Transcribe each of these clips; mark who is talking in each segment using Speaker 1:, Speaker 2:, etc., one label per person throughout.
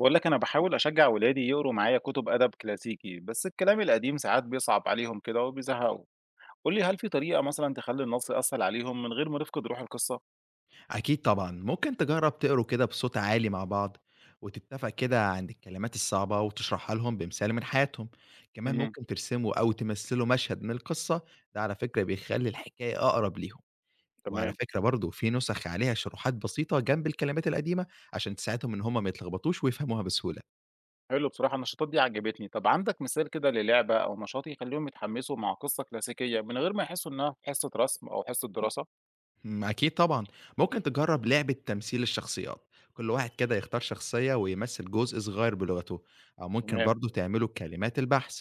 Speaker 1: بقول لك أنا بحاول أشجع ولادي يقروا معايا كتب أدب كلاسيكي، بس الكلام القديم ساعات بيصعب عليهم كده وبيزهقوا. قول لي، هل في طريقة مثلا تخلي النص يأثر عليهم من غير ما نفقد روح القصة؟
Speaker 2: أكيد طبعًا، ممكن تجرّب تقروا كده بصوت عالي مع بعض، وتتفق كده عند الكلمات الصعبة وتشرحها لهم بمثال من حياتهم، كمان
Speaker 1: امم
Speaker 2: ممكن ترسموا أو تمثّلوا مشهد من القصة، ده على فكرة بيخلّي الحكاية أقرب ليهم، وعلى
Speaker 1: تمام.
Speaker 2: فكرة برضه في نُسخ عليها شروحات بسيطة جنب الكلمات القديمة، عشان تساعدهم إن هُم ما يتلخبطوش ويفهموها بسهولة.
Speaker 1: حلو، بصراحة النشاطات دي عجبتني. طب عندك مثال كده للعبة أو نشاط يخليهم يتحمسوا مع قصة كلاسيكية من غير ما يحسوا إنها حصة رسم أو حصة دراسة؟
Speaker 2: أكيد طبعًا، ممكن تجرّب لعبة تمثيل الشخصيات، كل واحد كده يختار شخصية ويمثّل جزء صغير بلغته، أو ممكن
Speaker 1: تمام.
Speaker 2: برضه تعملوا كلمات البحث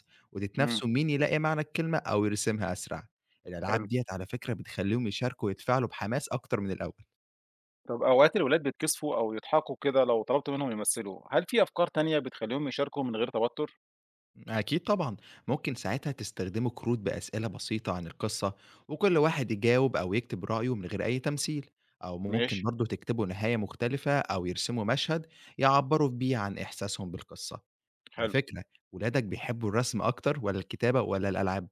Speaker 1: امم
Speaker 2: وتتنافسوا مين يلاقي معنى الكلمة أو يرسمها أسرع، الألعاب
Speaker 1: حلو.
Speaker 2: ديّة على فكرة بتخلّيهم يشاركوا ويتفاعلوا بحماس أكتر من الأول.
Speaker 1: طب أوقات الولاد بيتكسفوا أو يضحكوا كده لو طلبت منهم يمثلوا، هل في أفكار تانية بتخليهم يشاركوا من غير توتر؟
Speaker 2: أكيد طبعًا، ممكن ساعتها تستخدموا كروت بأسئلة بسيطة عن القصة، وكل واحد يجاوب أو يكتب رأيه من غير أي تمثيل، أو ممكن
Speaker 1: ماشي.
Speaker 2: برضه تكتبوا نهاية مختلفة أو يرسموا مشهد يعبّروا بيه عن إحساسهم بالقصة. على
Speaker 1: حلو.
Speaker 2: فكرة، ولادك بيحبوا الرسم أكتر والّا الكتابة والّا الألعاب؟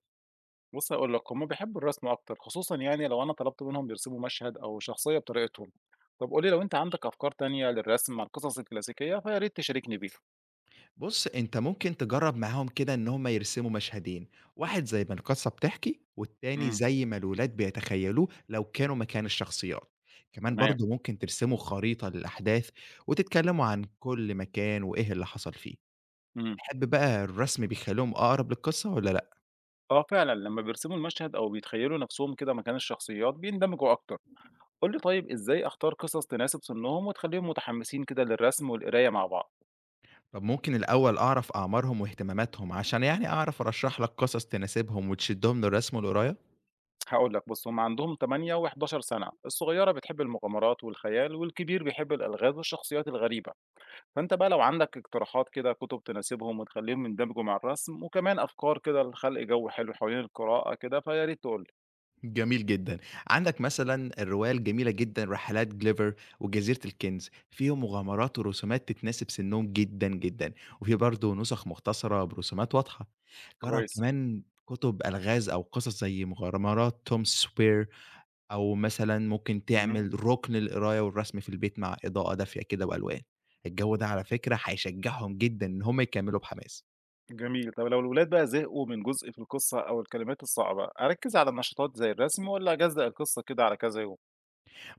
Speaker 1: بُص هاقول لك، هُم بيحبّوا الرسم أكتر، خصوصًا يعني لو أنا طلبت منهم يرسموا مشهد أو شخصية بطريقتهم. طب قُل لي، لو أنت عندك أفكار تانية للرسم عن القصص الكلاسيكية فيا ريت تشاركني بيها.
Speaker 2: بُص، أنت ممكن تجرّب معاهم كده إن هُم يرسموا مشهدين، واحد زي ما القصة بتحكي، والتاني
Speaker 1: إمم،
Speaker 2: زي ما الولاد بيتخيلوه لو كانوا مكان الشخصيات، كمان
Speaker 1: تمام،
Speaker 2: برضه ممكن ترسموا خريطة للأحداث وتتكلموا عن كل مكان وإيه اللي حصل فيه،
Speaker 1: إمم.
Speaker 2: تحب بقى الرسم بيخلّيهم أقرب للقصة والّا لأ؟
Speaker 1: آه فعلًا، لمّا بيرسموا المشهد أو بيتخيّلوا نَفْسهم كده مكان الشخصيات بيندمجوا أكتر. قُل لي طيب، إزاي أختار قصص تناسب سِنّهم وتخلّيهم متحمّسين كده للرسم والقراية مع بعض؟
Speaker 2: طب ممكن الأول أعرف أعمارهم واهتماماتهم عشان يعني أعرف أرشّح لك قصص تناسبهم وتشدّهم للرسم والقراية؟
Speaker 1: هاقول لك، بُص هُم عندهم 8 و11 سَنة، الصغيرة بتحب المغامرات والخيال والكبير بيحب الألغاز والشخصيات الغريبة. فأنت بقى لو عندك اقتراحات كده كُتب تناسبهم وتخلّيهم يندمجوا مع الرسم، وكمان أفكار كده لخلق جو حلو حوالين القراءة كده، فيا ريت تقول لي.
Speaker 2: جميل جدًا. عندك مثلًا الرواية الجميلة جدًا رحلات جليفر وجزيرة الكنز، فيهم مغامرات ورسومات تتناسب سنهم جدًا، جدًا، وفي برضه نسخ مختصرة برسومات واضحة. جرّب
Speaker 1: كويس.
Speaker 2: كمان كتب ألغاز أو قصص زي مغامرات توم سوير أو مثلًا ممكن
Speaker 1: اهم.
Speaker 2: تعمل رُكن للقراية والرسم في البيت مع إضاءة دافية كده وألوان. الجو ده على فكرة هيشجّعهم جدًا إن هم يكمّلوا بحماس.
Speaker 1: جميل. طب لو الولاد بقى زهقوا من جزء في القصة أو الكلمات الصعبة، أركّز على النشاطات زي الرسم والّا أجزأ القصة كده على كذا يوم؟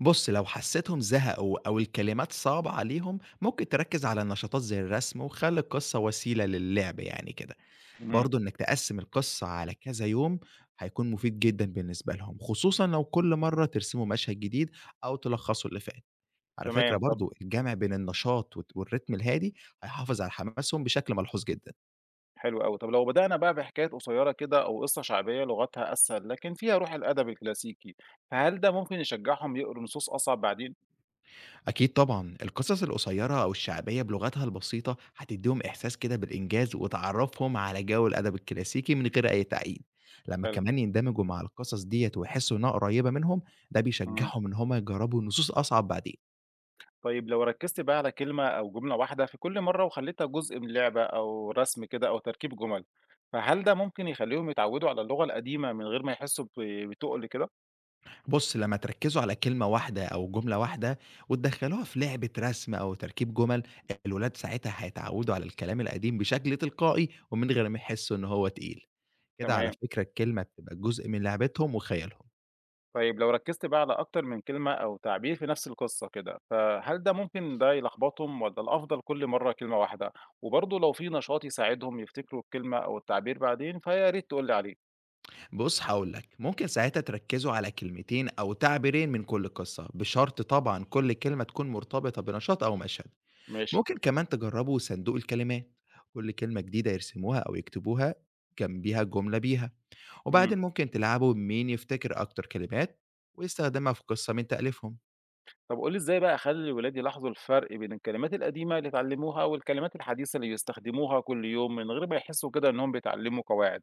Speaker 2: بُص، لو حسيتهم زهقوا أو الكلمات صعبة عليهم، ممكن تركّز على نشاطات زي الرسم وخلّي القصة وسيلة للعب يعني كده.
Speaker 1: اهم.
Speaker 2: برضه إنك تقسّم القصة على كذا يوم هيكون مفيد جدًا بالنسبة لهم، خصوصًا لو كل مرّة ترسموا مشهد جديد أو تلخّصوا اللي فات. على فكرة
Speaker 1: تمام، طب
Speaker 2: برضه الجمع بين النشاط والريتم الهادي هيحافظ على حماسهم بشكل ملحوظ جدًا.
Speaker 1: حلو أوي. طب لو بدأنا بقى بحكايات قصيرة كده أو قصة شعبية لغتها أسهل، لكن فيها روح الأدب الكلاسيكي، فهل ده ممكن يشجعهم يقروا نصوص أصعب بعدين؟
Speaker 2: أكيد طبعًا، القصص القصيّرة أو الشعبية بلغتها البسيطة هتدّيهم إحساس كده بالإنجاز وتعرّفهم على جو الأدب الكلاسيكي من غير أي تعقيد، لمّا
Speaker 1: حلو.
Speaker 2: كمان يندمجوا مع القصص ديّة ويحسّوا إنها قريّبة منهم، ده
Speaker 1: اهم.
Speaker 2: بيشجّعهم إن هم يجرّبوا نصوص أصعب بعدين.
Speaker 1: طيب لو ركزت بقى على كلمة أو جملة واحدة في كل مرة وخليتها جزء من لعبة أو رسم كده أو تركيب جمل، فهل ده ممكن يخليهم يتعودوا على اللغة القديمة من غير ما يحسوا بتقل كده؟
Speaker 2: بُص، لمّا تركّزوا على كلمة واحدة أو جملة واحدة وتدخّلوها في لعبة رسم أو تركيب جُمل، الولاد ساعتها هيتعوّدوا على الكلام القديم بشكل تلقائي ومن غير ما يحسّوا إن هو تقيل. كده على
Speaker 1: تمام.
Speaker 2: فكرة الكلمة بتبقى جزء من لعبتهم وخيالهم.
Speaker 1: طيب لو ركزت بقى على أكتر من كلمة أو تعبير في نفس القصة كده، فهل ده ممكن ده يلخبطهم ولا الأفضل كل مرة كلمة واحدة؟ وبرضه لو في نشاط يساعدهم يفتكروا الكلمة أو التعبير بعدين فيا ريت تقولي عليه.
Speaker 2: بُص هاقول لك، ممكن ساعتها تركّزوا على كلمتين أو تعبيرين من كل قصة، بشرط طبعًا كل كلمة تكون مرتبطة بنشاط أو مشهد.
Speaker 1: ماشي.
Speaker 2: ممكن كمان تجرّبوا صندوق الكلمات، كل كلمة جديدة يرسموها أو يكتبوها جنبيها جملة بيها،
Speaker 1: مم.
Speaker 2: وبعدين ممكن تلعبوا مين يفتكر أكتر كلمات ويستخدمها في قصة من تأليفهم.
Speaker 1: طب قُل لي، إزاي بقى أخلّي ولادي يلاحظوا الفرق بين الكلمات القديمة اللي اتعلموها والكلمات الحديثة اللي بيستخدموها كل يوم من غير ما يحسّوا كده إنّهم بيتعلموا قواعد؟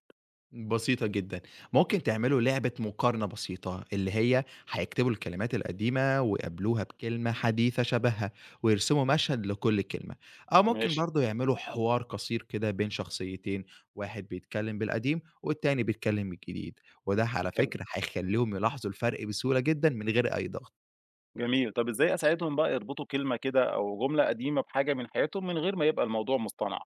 Speaker 2: بسيطة جدًا، ممكن تعملوا لعبة مقارنة بسيطة، اللي هي هيكتبوا الكلمات القديمة ويقابلوها بكلمة حديثة شبهها، ويرسموا مشهد لكل كلمة، أو ممكن
Speaker 1: ماشي،
Speaker 2: برضه يعملوا حوار قصير كده بين شخصيتين، واحد بيتكلم بالقديم والتاني بيتكلم بالجديد، وده على
Speaker 1: حلو،
Speaker 2: فكرة هيخلّيهم يلاحظوا الفرق بسهولة جدًا من غير أي ضغط.
Speaker 1: جميل. طب إزاي أساعدهم بقى يربطوا كلمة كده أو جملة قديمة بحاجة من حياتهم من غير ما يبقى الموضوع مصطنع؟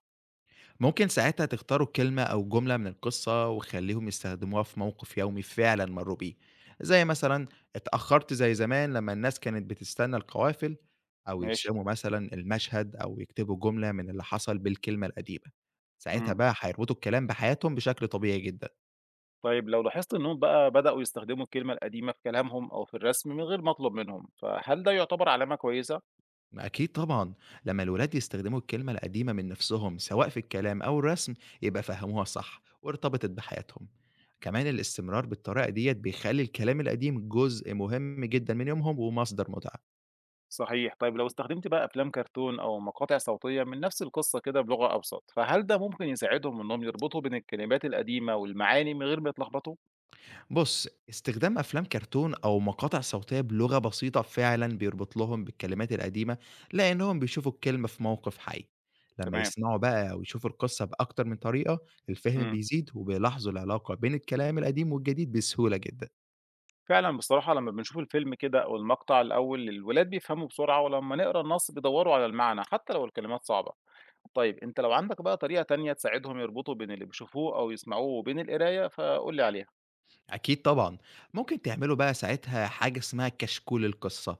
Speaker 2: ممكن ساعتها تختاروا كلمة أو جملة من القصة وخليهم يستخدموها في موقف يومي فعلا مروا بيه زي مثلا اتأخرت زي زمان لما الناس كانت بتستنى القوافل أو
Speaker 1: ماشي،
Speaker 2: يرسموا مثلا المشهد أو يكتبوا جملة من اللي حصل بالكلمة القديمة ساعتها
Speaker 1: إمم.
Speaker 2: بقى هيربطوا الكلام بحياتهم بشكل طبيعي جدا.
Speaker 1: طيب لو لاحظت إنّهم بقى بدأوا يستخدموا الكلمة القديمة في كلامهم أو في الرسم من غير ما أطلب منهم، فهل ده يُعتبر علامة كويسة؟
Speaker 2: ما أكيد طبعًا، لمّا الولاد يستخدموا الكلمة القديمة من نفسهم سواء في الكلام أو الرسم، يبقى فهموها صح وارتبطت بحياتهم. كمان الاستمرار بالطريقة ديّة بيخلّي الكلام القديم جزء مهم جدًا من يومهم ومصدر متعة.
Speaker 1: صحيح. طيب لو استخدمت بقى أفلام كرتون أو مقاطع صوتية من نفس القصة كده بلغة أبسط، فهل ده ممكن يساعدهم إنهم يربطوا بين الكلمات القديمة والمعاني من غير ما يتلخبطوا؟
Speaker 2: بُص، استخدام أفلام كرتون أو مقاطع صوتية بلغة بسيطة فعلًا بيربط لهم بالكلمات القديمة، لإنهم بيشوفوا الكلمة في موقف حي. لمّا
Speaker 1: تمام،
Speaker 2: يسمعوا بقى أو يشوفوا القصة بأكتر من طريقة، الفهم
Speaker 1: إمم،
Speaker 2: بيزيد وبيلاحظوا العلاقة بين الكلام القديم والجديد بسهولة جدًا.
Speaker 1: فعلًا بصراحة لمّا بنشوف الفيلم كده أو المقطع الأول الولاد بيفهموا بسرعة، ولمّا نقرا النص بيدوروا على المعنى حتى لو الكلمات صعبة. طيب أنت لو عندك بقى طريقة تانية تساعدهم يربطوا بين اللي بيشوفوه أو يسمعوه وبين القراية فقُل لي عليها.
Speaker 2: أكيد طبعًا، ممكن تعملوا بقى ساعتها حاجة اسمها كشكول القصة،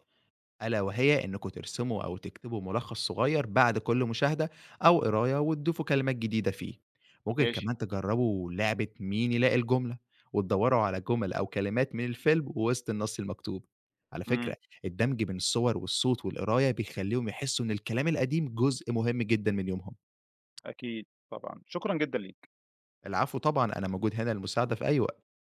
Speaker 2: ألا وهي إنكم ترسموا أو تكتبوا ملخص صغير بعد كل مشاهدة أو قراية وتضيفوا كلمات جديدة فيه، ممكن
Speaker 1: ماشي،
Speaker 2: كمان تجربوا لعبة مين يلاقي الجملة، وتدوروا على جمل أو كلمات من الفيلم وسط النص المكتوب، على
Speaker 1: إمم،
Speaker 2: فكرة الدمج بين الصور والصوت والقراية بيخليهم يحسوا إن الكلام القديم جزء مهم جدًا من يومهم،
Speaker 1: أكيد طبعًا، شكرًا جدًا ليك.
Speaker 2: العفو طبعًا أنا موجود هنا للمساعدة في أي وقت.